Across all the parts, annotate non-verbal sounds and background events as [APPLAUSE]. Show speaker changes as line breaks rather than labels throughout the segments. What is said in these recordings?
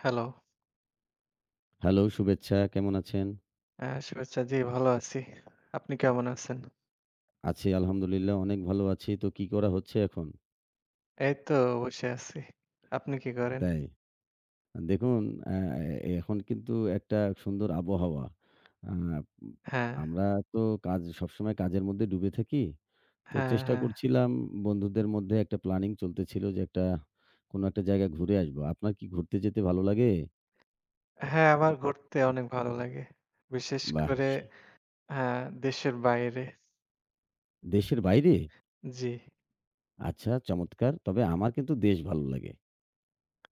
Hello.
Hello, শুভেচ্ছা। কেমন আছেন?
শুভেচ্ছা। জি, ভালো আছি। আপনি কেমন আছেন?
আছি আলহামদুলিল্লাহ অনেক ভালো আছি। তো কি করা হচ্ছে এখন?
এই তো বসে আছি। আপনি কি করেন?
তাই। দেখুন অ্যা এ এখন কিন্তু একটা সুন্দর আবহাওয়া। আ
হ্যাঁ,
আমরা তো সবসময় কাজের মধ্যে ডুবে থাকি। তো
হ্যাঁ,
চেষ্টা
হ্যাঁ।
করছিলাম বন্ধুদের মধ্যে একটা প্ল্যানিং চলতেছিল যে কোনো একটা জায়গায় ঘুরে আসবো। আপনার কি ঘুরতে যেতে ভালো লাগে?
হ্যাঁ, আমার ঘুরতে অনেক ভালো লাগে। বিশেষ
বাহ!
করে হ্যাঁ, দেশের বাইরে।
দেশের বাইরে?
জি।
আচ্ছা চমৎকার। তবে আমার কিন্তু দেশ ভালো লাগে।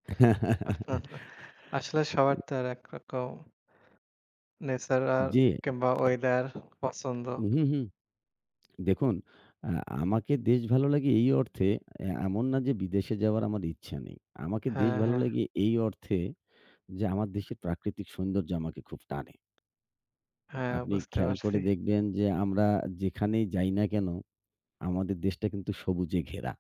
[LAUGHS]
[LAUGHS] আসলে সবার তো আর একরকম ন্যাচারাল
জি।
কিংবা ওয়েদার পছন্দ।
হুম, হুম। দেখুন, আ আমাকে দেশ ভালো লাগে এই অর্থে, এমন না যে বিদেশে যাওয়ার আমার ইচ্ছা নেই। আমাকে দেশ
হ্যাঁ,
ভালো
হ্যাঁ,
লাগে এই অর্থে যে আমার দেশের প্রাকৃতিক সৌন্দর্য আমাকে খুব টানে।
হ্যাঁ,
আপনি
বুঝতে
খেয়াল
পারছি।
করে দেখবেন যে আমরা যেখানেই যাই না কেন, আমাদের দেশটা কিন্তু সবুজে ঘেরা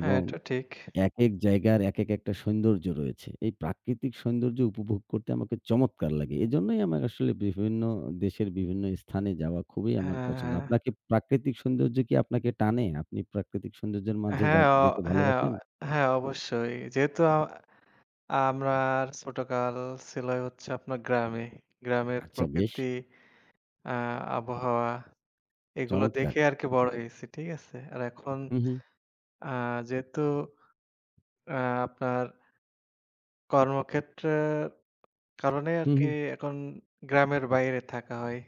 হ্যাঁ, এটা ঠিক।
একেক জায়গার একেক একটা সৌন্দর্য রয়েছে। এই প্রাকৃতিক সৌন্দর্য উপভোগ করতে আমাকে চমৎকার লাগে। এজন্যই আমার আসলে বিভিন্ন দেশের বিভিন্ন স্থানে যাওয়া খুবই আমার
হ্যাঁ,
পছন্দ।
হ্যাঁ।
আপনাকে প্রাকৃতিক সৌন্দর্য কি আপনাকে টানে? আপনি প্রাকৃতিক সৌন্দর্যের মাঝে যা
হ্যাঁ,
যেতে
হ্যাঁ,
ভালোবাসেন?
হ্যাঁ, অবশ্যই। যেহেতু আমার ছোটকাল ছিল হচ্ছে আপনার গ্রামে। গ্রামের
আচ্ছা, বেশ
প্রকৃতি, আ আবহাওয়া এগুলো
চমৎকার।
দেখে আরকি বড় হয়েছি। ঠিক আছে? আর এখন
হু, হু,
আ যেহেতু আ আপনার কর্মক্ষেত্রের কারণে
হু, হু।
আরকি এখন গ্রামের বাইরে থাকা হয়।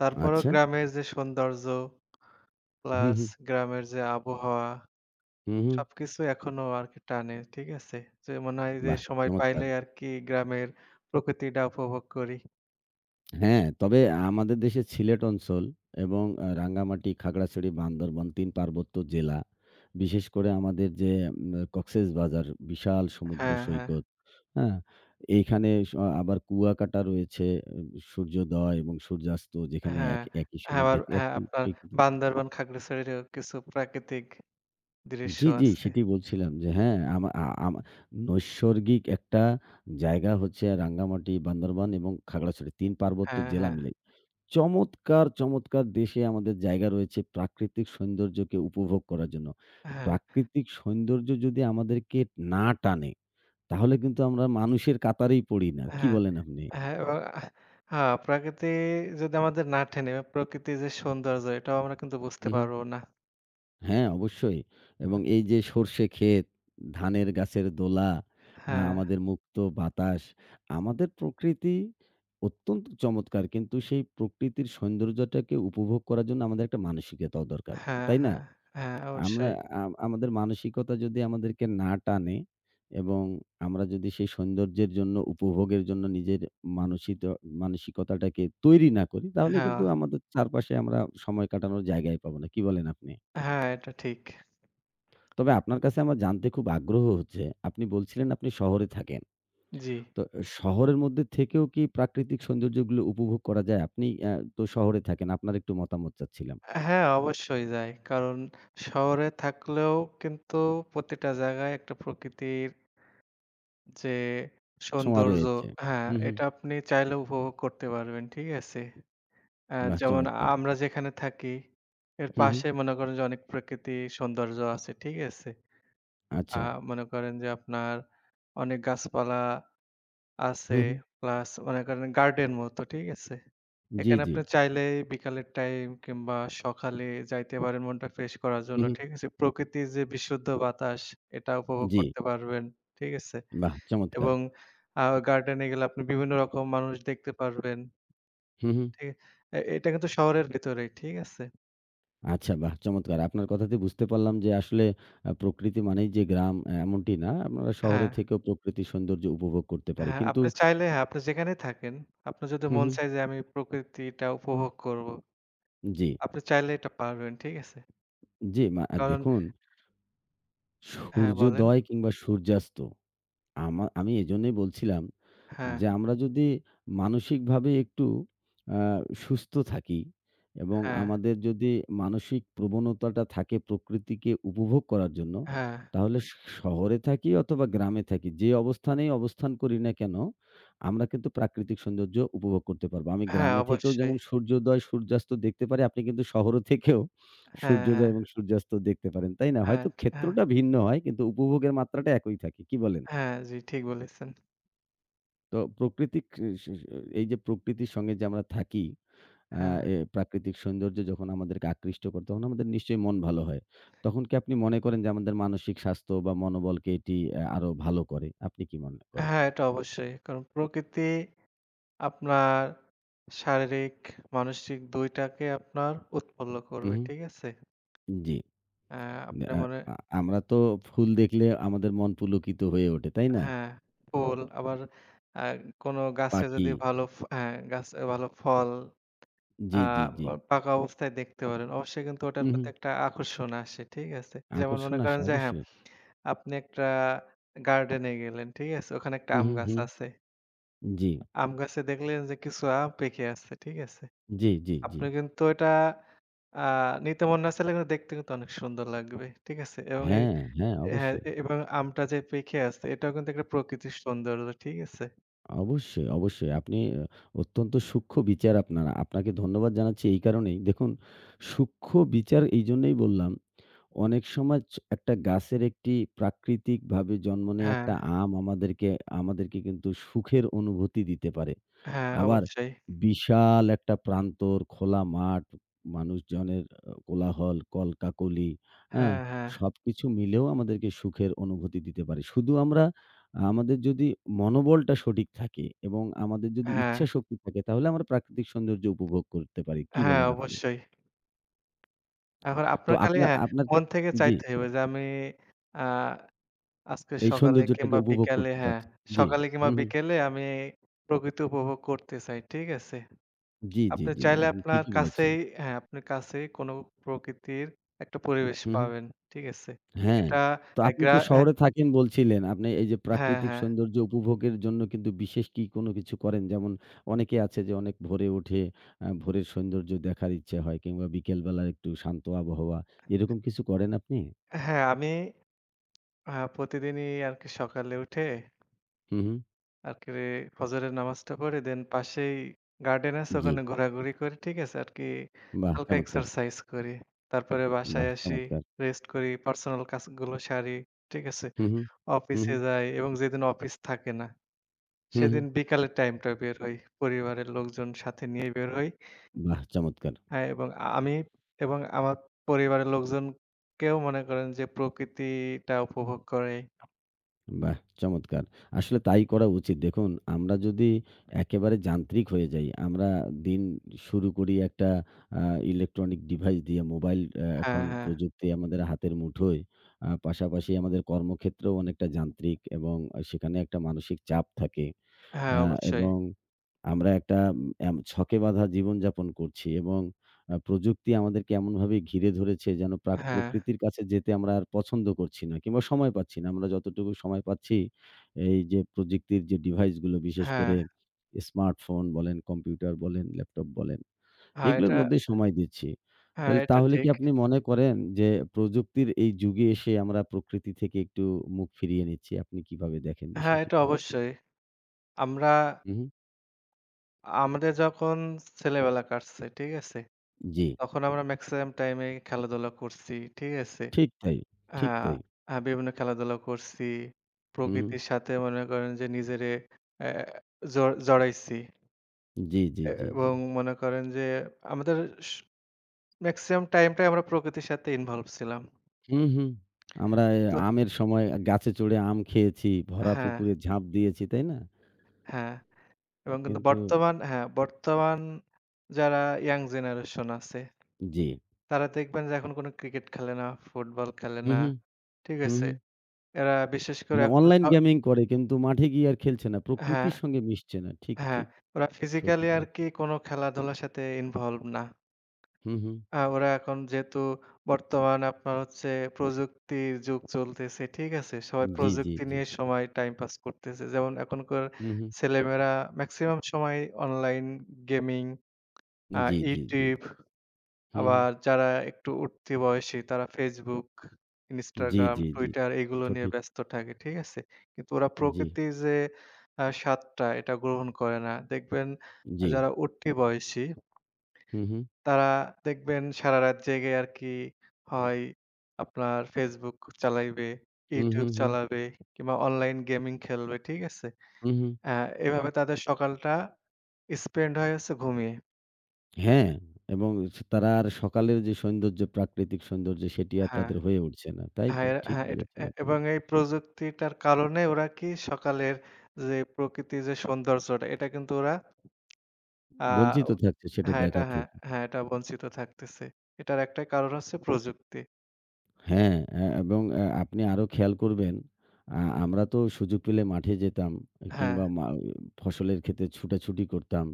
তারপরেও
আচ্ছা।
গ্রামের যে সৌন্দর্য
হু,
প্লাস
হু,
গ্রামের যে আবহাওয়া
হু, হু।
সবকিছু এখনো আরকি টানে। ঠিক আছে? যে মনে হয় যে
বাহ!
সময়
চমৎকার।
পাইলে আরকি গ্রামের প্রকৃতিটা উপভোগ করি।
হ্যাঁ, তবে আমাদের দেশের সিলেট অঞ্চল এবং রাঙ্গামাটি, খাগড়াছড়ি, বান্দরবন ৩ পার্বত্য জেলা। বিশেষ করে আমাদের যে কক্সেসবাজার বিশাল সমুদ্র
হ্যাঁ, হ্যাঁ।
সৈকত, হ্যাঁ? এইখানে আবার কুয়াকাটা রয়েছে, উম সূর্যোদয় এবং সূর্যাস্ত যেখানে
হ্যাঁ,
একই
হ্যাঁ,
সময়
আবার হ্যাঁ,
একই
আপনার
সৈকতে।
বান্দরবান, খাগড়াছড়িরও কিছু প্রাকৃতিক দৃশ্য
জি, জি,
আছে।
সেটি বলছিলাম যে হ্যাঁ, আমা নৈসর্গিক একটা জায়গা হচ্ছে রাঙ্গামাটি, বান্দরবান এবং খাগড়াছড়ি ৩ পার্বত্য
হ্যাঁ,
জেলা
হ্যাঁ,
মিলে। চমৎকার, চমৎকার দেশে আমাদের জায়গা রয়েছে প্রাকৃতিক সৌন্দর্যকে উপভোগ করার জন্য।
হ্যাঁ,
প্রাকৃতিক সৌন্দর্য যদি আমাদেরকে না টানে, তাহলে কিন্তু আমরা মানুষের কাতারেই পড়ি না। কি
হ্যাঁ,
বলেন আপনি?
হ্যাঁ, এবং হ্যাঁ, প্রকৃতি যদি আমাদের না টেনে, প্রকৃতির যে সৌন্দর্য এটাও আমরা কিন্তু বুঝতে
হু, হুম।
পারবো না।
হ্যাঁ, অবশ্যই। এবং এই যে সরষে ক্ষেত, ধানের গাছের দোলা,
হ্যাঁ,
আমাদের মুক্ত বাতাস, আমাদের প্রকৃতি অত্যন্ত চমৎকার। কিন্তু সেই প্রকৃতির সৌন্দর্যটাকে উপভোগ করার জন্য আমাদের একটা মানসিকতাও দরকার।
হ্যাঁ,
তাই না?
হ্যাঁ, হ্যাঁ,
আমরা,
অবশ্যই।
আমাদের মানসিকতা যদি আমাদেরকে না টানে এবং আমরা যদি সেই সৌন্দর্যের জন্য, উপভোগের জন্য নিজের মানসিত মানসিকতাটাকে তৈরি না করি, তাহলে
হ্যাঁ,
কিন্তু আমাদের চারপাশে আমরা সময় কাটানোর জায়গাই পাবো না। কি বলেন আপনি?
হ্যাঁ, এটা ঠিক।
তবে আপনার কাছে আমার জানতে খুব আগ্রহ হচ্ছে, আপনি বলছিলেন আপনি শহরে থাকেন।
জি।
তো শহরের মধ্যে থেকেও কি প্রাকৃতিক সৌন্দর্যগুলো উপভোগ করা যায়? আপনি তো শহরে থাকেন। আপনার একটু মতামত চাচ্ছিলাম।
হ্যাঁ, অবশ্যই যায়। কারণ শহরে থাকলেও কিন্তু প্রতিটা জায়গায় একটা প্রকৃতির যে
সময়
সৌন্দর্য
রয়েছে।
হ্যাঁ,
হু, হু।
এটা আপনি চাইলে উপভোগ করতে পারবেন। ঠিক আছে?
বাহ!
যেমন
চমৎকার।
আমরা যেখানে থাকি, এর
হু, হু।
পাশে মনে করেন যে অনেক প্রকৃতি সৌন্দর্য আছে। ঠিক আছে? আ
আচ্ছা।
মনে করেন যে আপনার অনেক গাছপালা আছে,
হু, হু।
প্লাস মনে করেন গার্ডেন মতো। ঠিক আছে?
জি,
এখানে
জি।
আপনি চাইলেই বিকালের টাইম কিংবা সকালে যাইতে পারেন মনটা ফ্রেশ করার
হু,
জন্য।
হু।
ঠিক আছে? প্রকৃতির যে বিশুদ্ধ বাতাস এটা উপভোগ
জি,
করতে পারবেন। ঠিক আছে?
বাহ! চমৎকার।
এবং আ গার্ডেনে গেলে আপনি বিভিন্ন রকম মানুষ দেখতে পারবেন।
হু, হু।
ঠিক এটা কিন্তু শহরের ভেতরেই, ঠিক আছে?
আচ্ছা, বাহ! চমৎকার। আপনার কথাতে বুঝতে পারলাম যে আসলে প্রকৃতি মানেই যে গ্রাম, এমনটি না। আপনারা শহরে
হ্যাঁ,
থেকেও প্রকৃতির সৌন্দর্য উপভোগ করতে পারি।
হ্যাঁ,
কিন্তু
আপনি চাইলে হ্যাঁ, আপনি যেখানেই থাকেন, আপনার যদি
হু,
মন
হু।
চায় যে আমি প্রকৃতিটা উপভোগ করব,
জি,
আপনি চাইলে এটা পারবেন, ঠিক আছে?
জি,
কারণ
দেখুন
হ্যাঁ, বলেন।
সূর্যোদয় কিংবা সূর্যাস্ত, আমি এজন্যই বলছিলাম
হ্যাঁ,
যে আমরা যদি মানসিকভাবে একটু আ সুস্থ থাকি এবং
হ্যাঁ,
আমাদের যদি মানসিক প্রবণতাটা থাকে প্রকৃতিকে উপভোগ করার জন্য,
হ্যাঁ,
তাহলে শহরে থাকি অথবা গ্রামে থাকি, যে অবস্থানেই অবস্থান করি না কেন, আমরা কিন্তু প্রাকৃতিক সৌন্দর্য উপভোগ করতে পারবো। আমি
হ্যাঁ,
গ্রামে থেকেও
অবশ্যই।
যেমন সূর্যোদয়, সূর্যাস্ত দেখতে পারি, আপনি কিন্তু শহর থেকেও
হ্যাঁ, হ্যাঁ,
সূর্যোদয় এবং সূর্যাস্ত দেখতে পারেন, তাই না?
হ্যাঁ,
হয়তো
হ্যাঁ,
ক্ষেত্রটা ভিন্ন হয়, কিন্তু উপভোগের মাত্রাটা একই থাকে। কি বলেন?
হ্যাঁ, জি ঠিক বলেছেন।
তো প্রকৃতিক স স এই যে প্রকৃতির সঙ্গে যে আমরা থাকি, আ
হ্যাঁ,
এ প্রাকৃতিক সৌন্দর্য যখন আমাদেরকে আকৃষ্ট করে তখন আমাদের নিশ্চয়ই মন ভালো হয়। তখন কি আপনি মনে করেন যে আমাদের মানসিক স্বাস্থ্য বা মনোবলকে এটি আরো ভালো করে? আপনি কি মনে করেন?
হ্যাঁ, এটা অবশ্যই। কারণ প্রকৃতি আপনার শারীরিক, মানসিক ২ টাকে আপনার উৎফুল্ল
হু,
করবে।
হু।
ঠিক আছে?
জি।
আ আপনি
আ
মনে
আ আমরা তো ফুল দেখলে আমাদের মন পুলকিত হয়ে ওঠে, তাই না?
হ্যাঁ, ফুল আবার আ কোনো গাছে
পাখি,
যদি ভালো হ্যাঁ, গাছে ভালো ফল আ
জি, জি, জি।
পাকা অবস্থায় দেখতে পারেন। অবশ্যই কিন্তু ওটার
হু, হু।
প্রতি একটা আকর্ষণ আসে। ঠিক আছে? যেমন মনে
আকর্ষণ
করেন
আসে
যে হ্যাঁ,
অবশ্যই।
আপনি একটা গার্ডেনে গেলেন। ঠিক আছে? ওখানে একটা
হু,
আম
হু,
গাছ
হু।
আছে।
জি,
আম গাছে দেখলেন যে কিছু আম পেকে আছে। ঠিক আছে?
জি, জি, জি।
আপনি কিন্তু এটা আ নিতে মন না চাইলে কিন্তু দেখতে কিন্তু অনেক সুন্দর লাগবে। ঠিক আছে? এবং এই
হ্যাঁ, হ্যাঁ,
হ্যাঁ,
অবশ্যই।
এবং আমটা যে পেকে আছে এটাও কিন্তু একটা প্রকৃতির সৌন্দর্য। ঠিক আছে?
অবশ্যই, অবশ্যই। আপনি, অত্যন্ত সূক্ষ্ম বিচার আপনার। আপনাকে ধন্যবাদ জানাচ্ছি এই কারণেই। দেখুন, সূক্ষ্ম বিচার এইজন্যই বললাম, অনেক সময় একটা গাছের একটি প্রাকৃতিকভাবে জন্ম নেয়া
হ্যাঁ,
একটা আম আমাদেরকে, কিন্তু সুখের অনুভূতি দিতে পারে।
হ্যাঁ
আবার
অবশ্যই।
বিশাল একটা প্রান্তর, খোলা মাঠ, মানুষজনের কোলাহল, কলকাকলি, হ্যাঁ?
হ্যাঁ, হ্যাঁ,
সবকিছু মিলেও আমাদেরকে সুখের অনুভূতি দিতে পারে। শুধু আমরা, আমাদের যদি মনোবলটা সঠিক থাকে এবং আমাদের যদি
হ্যাঁ,
ইচ্ছাশক্তি থাকে তাহলে আমরা প্রাকৃতিক সৌন্দর্য উপভোগ করতে পারি। কি
হ্যাঁ
বলেন আপনি?
অবশ্যই। এখন
তো
আপনার খালি
আপনার,
হ্যাঁ, মন থেকে
জি।
চাইতে হবে যে আমি আ আজকে
এই
সকালে
সৌন্দর্যটাকে
কিংবা
উপভোগ
বিকালে
করতে
হ্যাঁ,
পারছি। জি।
সকালে কিংবা
হু, হু।
বিকেলে আমি প্রকৃতি উপভোগ করতে চাই। ঠিক আছে?
জি, জি,
আপনি
জি।
চাইলে
আপনি
আপনার
ঠিকই বলেছেন।
কাছেই হ্যাঁ, আপনার কাছেই কোনো প্রকৃতির একটা পরিবেশ
হু, হু।
পাবেন। ঠিক আছে?
হ্যাঁ।
এটা
তো
হ্যাঁ,
আপনি তো
হ্যাঁ,
শহরে থাকেন বলছিলেন। আপনি এই যে
হ্যাঁ,
প্রাকৃতিক
হ্যাঁ।
সৌন্দর্য উপভোগের জন্য কিন্তু বিশেষ কি কোনো কিছু করেন? যেমন অনেকে আছে যে অনেক ভোরে উঠে ভোরের সৌন্দর্য দেখার ইচ্ছে হয় কিংবা বিকেলবেলার একটু শান্ত আবহাওয়া। এরকম কিছু করেন আপনি?
হ্যাঁ, আমি প্রতিদিনই আরকি সকালে উঠে
হু, হু।
আরকি ফজরের নামাজটা পড়ে দেন পাশেই গার্ডেন আছে
জি।
ওখানে ঘোরাঘুরি করি। ঠিক আছে? আরকি
বাহ!
হালকা
চমৎকার!
এক্সারসাইজ করি। তারপরে বাসায়
বাহ!
আসি,
চমৎকার!
রেস্ট করি, পার্সোনাল কাজগুলো সারি। ঠিক আছে?
হু, হু। হু, হু।
অফিসে যাই এবং যেদিন অফিস থাকে না
হু, হু।
সেদিন বিকালের টাইমটা বের হই। পরিবারের লোকজন সাথে নিয়ে বের হই।
বাহ! চমৎকার!
হ্যাঁ, এবং আমি এবং আমার পরিবারের লোকজনকেও মনে করেন যে প্রকৃতিটা উপভোগ করে।
বাহ! চমৎকার। আসলে তাই করা উচিত। দেখুন, আমরা যদি একেবারে যান্ত্রিক হয়ে যাই, আমরা দিন শুরু করি একটা আ ইলেকট্রনিক ডিভাইস দিয়ে, মোবাইল,
হ্যাঁ,
এখন
হ্যাঁ।
প্রযুক্তি আমাদের হাতের মুঠোয়। পাশাপাশি আমাদের কর্মক্ষেত্রেও অনেকটা যান্ত্রিক এবং সেখানে একটা মানসিক চাপ থাকে।
হ্যাঁ,
আ
অবশ্যই।
এবং আমরা একটা উম এম ছকে বাঁধা জীবনযাপন করছি এবং প্রযুক্তি আমাদেরকে এমনভাবে ঘিরে ধরেছে যেন
হ্যাঁ,
প্রকৃতির কাছে যেতে আমরা আর পছন্দ করছি না কিংবা সময় পাচ্ছি না। আমরা যতটুকু সময় পাচ্ছি, এই যে প্রযুক্তির যে ডিভাইসগুলো বিশেষ
হ্যাঁ,
করে স্মার্টফোন বলেন, কম্পিউটার বলেন, ল্যাপটপ বলেন,
হ্যাঁ,
এগুলোর
এটা
মধ্যেই সময় দিচ্ছি।
হ্যাঁ,
তাহলে
এটা
তাহলে কি
ঠিক।
আপনি মনে করেন যে প্রযুক্তির এই যুগে এসে আমরা প্রকৃতি থেকে একটু মুখ ফিরিয়ে নিচ্ছি? আপনি কিভাবে দেখেন
হ্যাঁ, এটা
বিষয়টিকে?
অবশ্যই। আমরা
উহু,
আমাদের যখন ছেলেবেলা কাটছে, ঠিক আছে?
জি।
তখন আমরা মেক্সিমাম টাইমে খেলাধুলা করছি, ঠিক আছে?
ঠিক তাই, ঠিক
হ্যাঁ,
তাই।
বিভিন্ন খেলাধুলা করছি।
হুম, হুম।
প্রকৃতির সাথে মনে করেন যে নিজেরে অ্যা জ জড়াইছি।
জি, জি, জি, জি।
এবং মনে করেন যে আমাদের স মেক্সিমাম টাইমটাই আমরা প্রকৃতির সাথে ইনভলভ ছিলাম।
হুম, হুম। আমরা,
তো
আমের সময় গাছে চড়ে আম খেয়েছি, ভরা
হ্যাঁ,
পুকুরে ঝাঁপ দিয়েছি, তাই না?
হ্যাঁ এবং কিন্তু
কিন্তু
বর্তমান হ্যাঁ, বর্তমান যারা ইয়াং জেনারেশন আছে,
জি।
তারা দেখবেন যে এখন কোনো ক্রিকেট খেলে না, ফুটবল খেলে না।
হুম, হুম,
ঠিক
হুম,
আছে?
হুম।
এরা বিশেষ করে
মানে
এখন
অনলাইন গেমিং করে কিন্তু মাঠে গিয়ে আর খেলছে না।
হ্যাঁ,
প্রকৃতির সঙ্গে মিশছে না। ঠিক,
হ্যাঁ।
ঠিক।
ওরা ফিজিক্যালি
সঠিক
আরকি
বলেছেন।
কোনো খেলাধুলার সাথে ইনভলভ না।
হুম, হুম।
ওরা এখন যেহেতু বর্তমান আপনার হচ্ছে প্রযুক্তির যুগ চলতেছে, ঠিক আছে? সবাই
জি, জি,
প্রযুক্তি
জি।
নিয়ে সময় টাইম পাস করতেছে। যেমন এখনকার
হুম, হুম।
ছেলেমেয়েরা মেক্সিমাম সময় অনলাইন গেমিং, আ
জি, জি, জি।
YouTube
হুম, হুম।
আবার যারা একটু উঠতি বয়সী তারা Facebook,
জি,
Instagram,
জি, জি।
Twitter এগুলো নিয়ে
সঠিক।
ব্যস্ত থাকে, ঠিক আছে? কিন্তু ওরা
জি,
প্রকৃতির যে স্বাদটা এটা গ্রহণ করে না। দেখবেন
জি।
যারা উঠতি বয়সী
হুম, হুম।
তারা দেখবেন সারারাত জেগে আরকি হয় আপনার Facebook চালাইবে,
হুম,
YouTube
হুম, হুম।
চালাবে কিংবা অনলাইন গেমিং খেলবে, ঠিক আছে?
হুম, হুম।
আ এভাবে তাদের সকালটা স্পেন্ড হয় হচ্ছে ঘুমিয়ে।
হ্যাঁ, এবং তারা আর সকালের যে সৌন্দর্য, প্রাকৃতিক সৌন্দর্য সেটি আর
হ্যাঁ,
তাদের হয়ে উঠছে না। তাই
হ্যাঁ,
তো?
এরা
ঠিক
হ্যাঁ, এটা
বলেছেন আপনি।
এবং এই প্রযুক্তিটার কারণে ওরা কি সকালের যে প্রকৃতির যে সৌন্দর্যটা এটা কিন্তু ওরা আ
বঞ্চিত থাকছে সেটা
হ্যাঁ, এটা
দেখা
হ্যাঁ,
থেকে।
হ্যাঁ, এটা বঞ্চিত থাকতেছে। এটার একটা কারণ হচ্ছে প্রযুক্তি।
হ্যাঁ, এবং আপনি আরো খেয়াল করবেন, আমরা তো সুযোগ পেলে মাঠে যেতাম
হ্যাঁ,
কিংবা ফসলের ক্ষেতে ছুটাছুটি করতাম।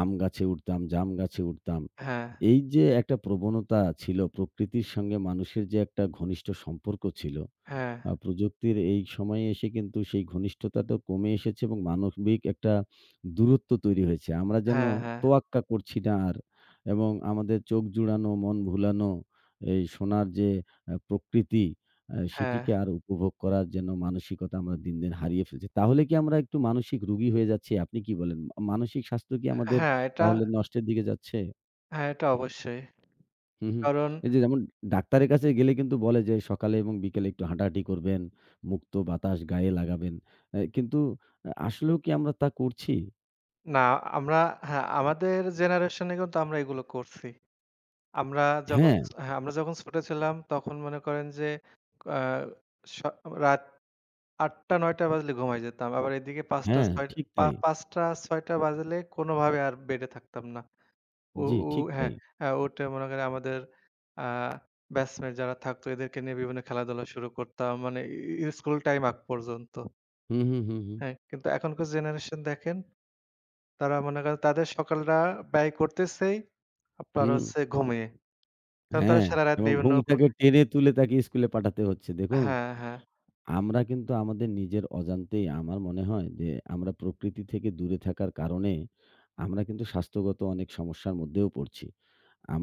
আম গাছে উঠতাম, জাম গাছে উঠতাম।
হ্যাঁ,
এই যে একটা প্রবণতা ছিল, প্রকৃতির সঙ্গে মানুষের যে একটা ঘনিষ্ঠ সম্পর্ক ছিল,
হ্যাঁ,
প্রযুক্তির এই সময়ে এসে কিন্তু সেই ঘনিষ্ঠতাটাও কমে এসেছে এবং মানবিক একটা দূরত্ব তৈরি হয়েছে। আমরা যেন
হ্যাঁ, হ্যাঁ,
তোয়াক্কা করছি না আর এবং আমাদের চোখ জুড়ানো, মন ভুলানো এই সোনার যে প্রকৃতি,
হ্যাঁ।
সেটিকে আর উপভোগ করার যেন মানসিকতা আমরা দিন, দিন হারিয়ে ফেলছি। তাহলে কি আমরা একটু মানসিক রোগী হয়ে যাচ্ছি? আপনি কি বলেন? মানসিক স্বাস্থ্য কি আমাদের
হ্যাঁ, এটা
তাহলে নষ্টের দিকে যাচ্ছে?
হ্যাঁ, এটা অবশ্যই।
হুম, হুম।
কারণ
এই যে যেমন ডাক্তারের কাছে গেলে কিন্তু বলে যে সকালে এবং বিকেলে একটু হাঁটাহাঁটি করবেন, মুক্ত বাতাস গায়ে লাগাবেন। কিন্তু আসলেও কি আমরা তা করছি?
না আমরা হ্যাঁ, আমাদের জেনারেশনে কিন্তু আমরা এগুলো করছি। আমরা যখন
হ্যাঁ,
হ্যাঁ, আমরা যখন ছোট ছিলাম তখন মনে করেন যে আ স রাত ৮:০০-৯:০০ বাজলে ঘুমায় যেতাম। আবার এদিকে
হ্যাঁ,
৫:০০-৬:০০
ঠিক তাই।
৫:০০-৬:০০ বাজলে কোনোভাবে আর বেডে থাকতাম না। উ
জি,
উ
ঠিক
হ্যাঁ,
তাই।
হ্যাঁ, উঠে মনে করেন আমাদের আ ব্যাচমেট যারা থাকতো এদেরকে নিয়ে বিভিন্ন খেলাধুলা শুরু করতাম। মানে স্কুল টাইম আগ পর্যন্ত।
হুম, হুম, হুম, হুম,
হ্যাঁ, কিন্তু এখনকার জেনারেশন দেখেন তারা মনে করেন তাদের সকালটা ব্যয় করতেছেই আপনার
হুম।
হচ্ছে ঘুমিয়ে। কারণ তারা
হ্যাঁ,
সারারাত
এবং
বিভিন্ন
ঘুম থেকে টেনে তুলে তাকে স্কুলে পাঠাতে হচ্ছে দেখুন।
হ্যাঁ, হ্যাঁ।
আমরা কিন্তু আমাদের নিজের অজান্তেই আমার মনে হয় যে আমরা প্রকৃতি থেকে দূরে থাকার কারণে আমরা কিন্তু স্বাস্থ্যগত অনেক সমস্যার মধ্যেও পড়ছি।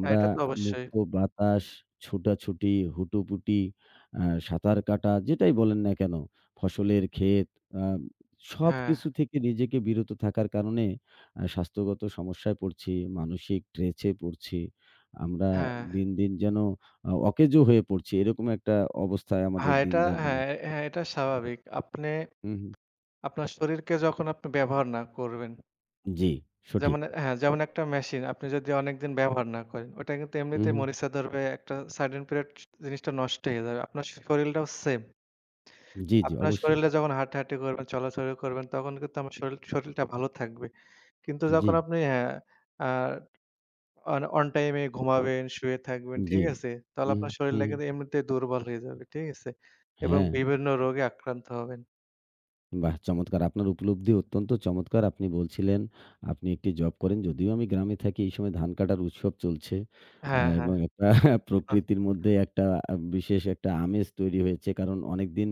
হ্যাঁ, এটা তো অবশ্যই।
মুক্ত বাতাস, ছোটাছুটি, হুটোপুটি, আ সাঁতার কাটা যেটাই বলেন না কেন, ফসলের ক্ষেত, আ
হ্যাঁ,
সবকিছু থেকে নিজেকে বিরত থাকার কারণে স্বাস্থ্যগত সমস্যায় পড়ছি, মানসিক ট্রেসে পড়ছি। আমরা
হ্যাঁ।
দিন, দিন যেন অকেজো হয়ে পড়ছি। এরকম একটা অবস্থায় আমাদের
হ্যাঁ,
দিন
এটা
যাবে।
হ্যাঁ, হ্যাঁ, এটা স্বাভাবিক। আপনি
হু, হু।
আপনার শরীরকে যখন আপনি ব্যবহার না করবেন,
জি, সঠিক।
যেমন হ্যাঁ, যেমন একটা মেশিন আপনি যদি অনেকদিন ব্যবহার না করেন, ওটা কিন্তু
হু,
এমনিতেই
হু।
মরিচা ধরবে একটা সার্টেন পিরিয়ড জিনিসটা নষ্ট হয়ে যাবে। আপনার শরীরটাও সেম।
জি, জি,
আপনার
অবশ্যই।
শরীরে যখন হাঁটাহাঁটি করবেন, চলাচল করবেন তখন কিন্তু আমার শরীরটা ভালো থাকবে। কিন্তু
জি,
যখন আপনি হ্যাঁ, আ অন অন টাইম এ ঘুমাবেন, শুয়ে থাকবেন,
জি।
ঠিক আছে? তাহলে
হু, হু,
আপনার
হু,
শরীরটা
হু।
কিন্তু এমনিতেই দুর্বল হয়ে যাবে, ঠিক আছে? এবং
হ্যাঁ,
বিভিন্ন রোগে আক্রান্ত হবেন।
বাহ! চমৎকার। আপনার উপলব্ধি অত্যন্ত চমৎকার। আপনি বলছিলেন আপনি একটি জব করেন। যদিও আমি গ্রামে থাকি, এই সময় ধান কাটার উৎসব চলছে।
হ্যাঁ, হ্যাঁ,
এবং একটা [LAUGHS]
হ্যাঁ,
প্রকৃতির মধ্যে একটা বিশেষ একটা আমেজ তৈরি হয়েছে। কারণ অনেকদিন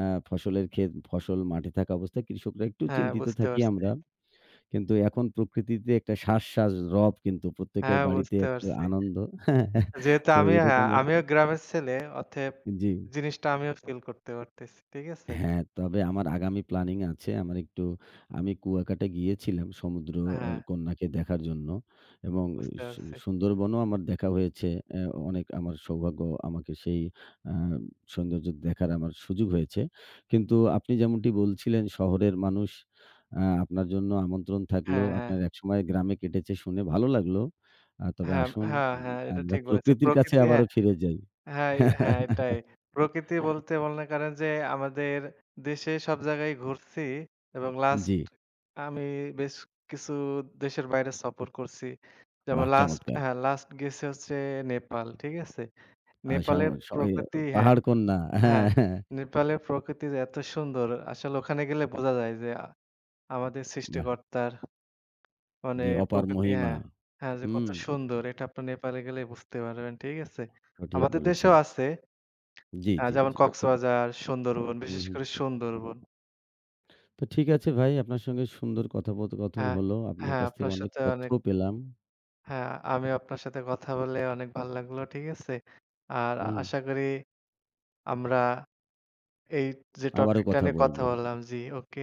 আ ফসলের ক্ষেত, ফসল মাঠে থাকা অবস্থায় কৃষকরা একটু
হ্যাঁ,
চিন্তিত
বুঝতে
থাকি
পারছি।
আমরা। কিন্তু এখন প্রকৃতিতে একটা শ্বাস, শ্বাস রব, কিন্তু প্রত্যেকের
হ্যাঁ,
বাড়িতে
বুঝতে
একটা
পারছি।
আনন্দ। [LAUGHS]
যেহেতু
তো
আমি হ্যাঁ,
এরকম
আমিও গ্রামের ছেলে, অতএব
জি।
জিনিসটা আমিও ফিল করতে পারতেছি, ঠিক আছে?
হ্যাঁ, তবে আমার আগামী প্ল্যানিং আছে। আমার একটু আমি কুয়াকাটা গিয়েছিলাম সমুদ্র
হ্যাঁ,
কন্যাকে দেখার জন্য এবং
বুঝতে পারছি।
সুন্দরবনও আমার দেখা হয়েছে। অনেক আমার সৌভাগ্য আমাকে সেই আ সৌন্দর্য দেখার আমার সুযোগ হয়েছে। কিন্তু আপনি যেমনটি বলছিলেন শহরের মানুষ, আপনার জন্য আমন্ত্রণ থাকলো।
হ্যাঁ, হ্যাঁ,
আপনার একসময় গ্রামে কেটেছে শুনে ভালো লাগলো। তবে
হ্যাঁ,
আসুন,
হ্যাঁ,
উম,
হ্যাঁ, এটা
আমরা
ঠিক বলেছেন।
প্রকৃতির কাছে
প্রকৃতি হ্যাঁ।
আবারও ফিরে যাই।
হ্যাঁ, হ্যাঁ,
[LAUGHS]
এটাই। প্রকৃতি বলতে মনে করেন যে আমাদের দেশে সব জায়গায় ঘুরছি এবং লাস্ট
জি,
আমি বেশ কিছু দেশের বাইরে সফর করছি। যেমন
বাহ!
লাস্ট
চমৎকার।
হ্যাঁ, লাস্ট গেছি হচ্ছে নেপাল। ঠিক আছে?
আ সাও
নেপালের
স ইয়ে
প্রকৃতি হ্যাঁ,
পাহাড়কন্যা। হ্যাঁ,
হ্যাঁ,
হ্যাঁ।
নেপালের প্রকৃতি যে এত সুন্দর আসলে ওখানে গেলে বোঝা যায় যে আমাদের
বাহ!
সৃষ্টিকর্তার মানে
জি, অপার
প্রকৃতি
মহিমা।
হ্যাঁ, হ্যাঁ, যে কত
হুম,
সুন্দর এটা আপনি নেপালে গেলে বুঝতে পারবেন। ঠিক আছে?
সঠিক
আমাদের দেশেও
বলেছেন।
আছে।
জি,
হ্যাঁ,
জি,
যেমন
জি।
কক্সবাজার, সুন্দরবন,
হুম,
বিশেষ
হুম।
করে সুন্দরবন।
তো ঠিক আছে ভাই, আপনার সঙ্গে সুন্দর কথোপকথন
হ্যাঁ,
হলো। আপনার
হ্যাঁ,
কাছ থেকে
আপনার
অনেক
সাথে
তথ্য
অনেক
পেলাম।
হ্যাঁ, আমিও আপনার সাথে কথা বলে অনেক ভাল লাগলো। ঠিক আছে? আর
হুম,
আশা করি আমরা এই যে
আবারও
টপিকটা
কথা
নিয়ে
বলব।
কথা বললাম জি, ওকে।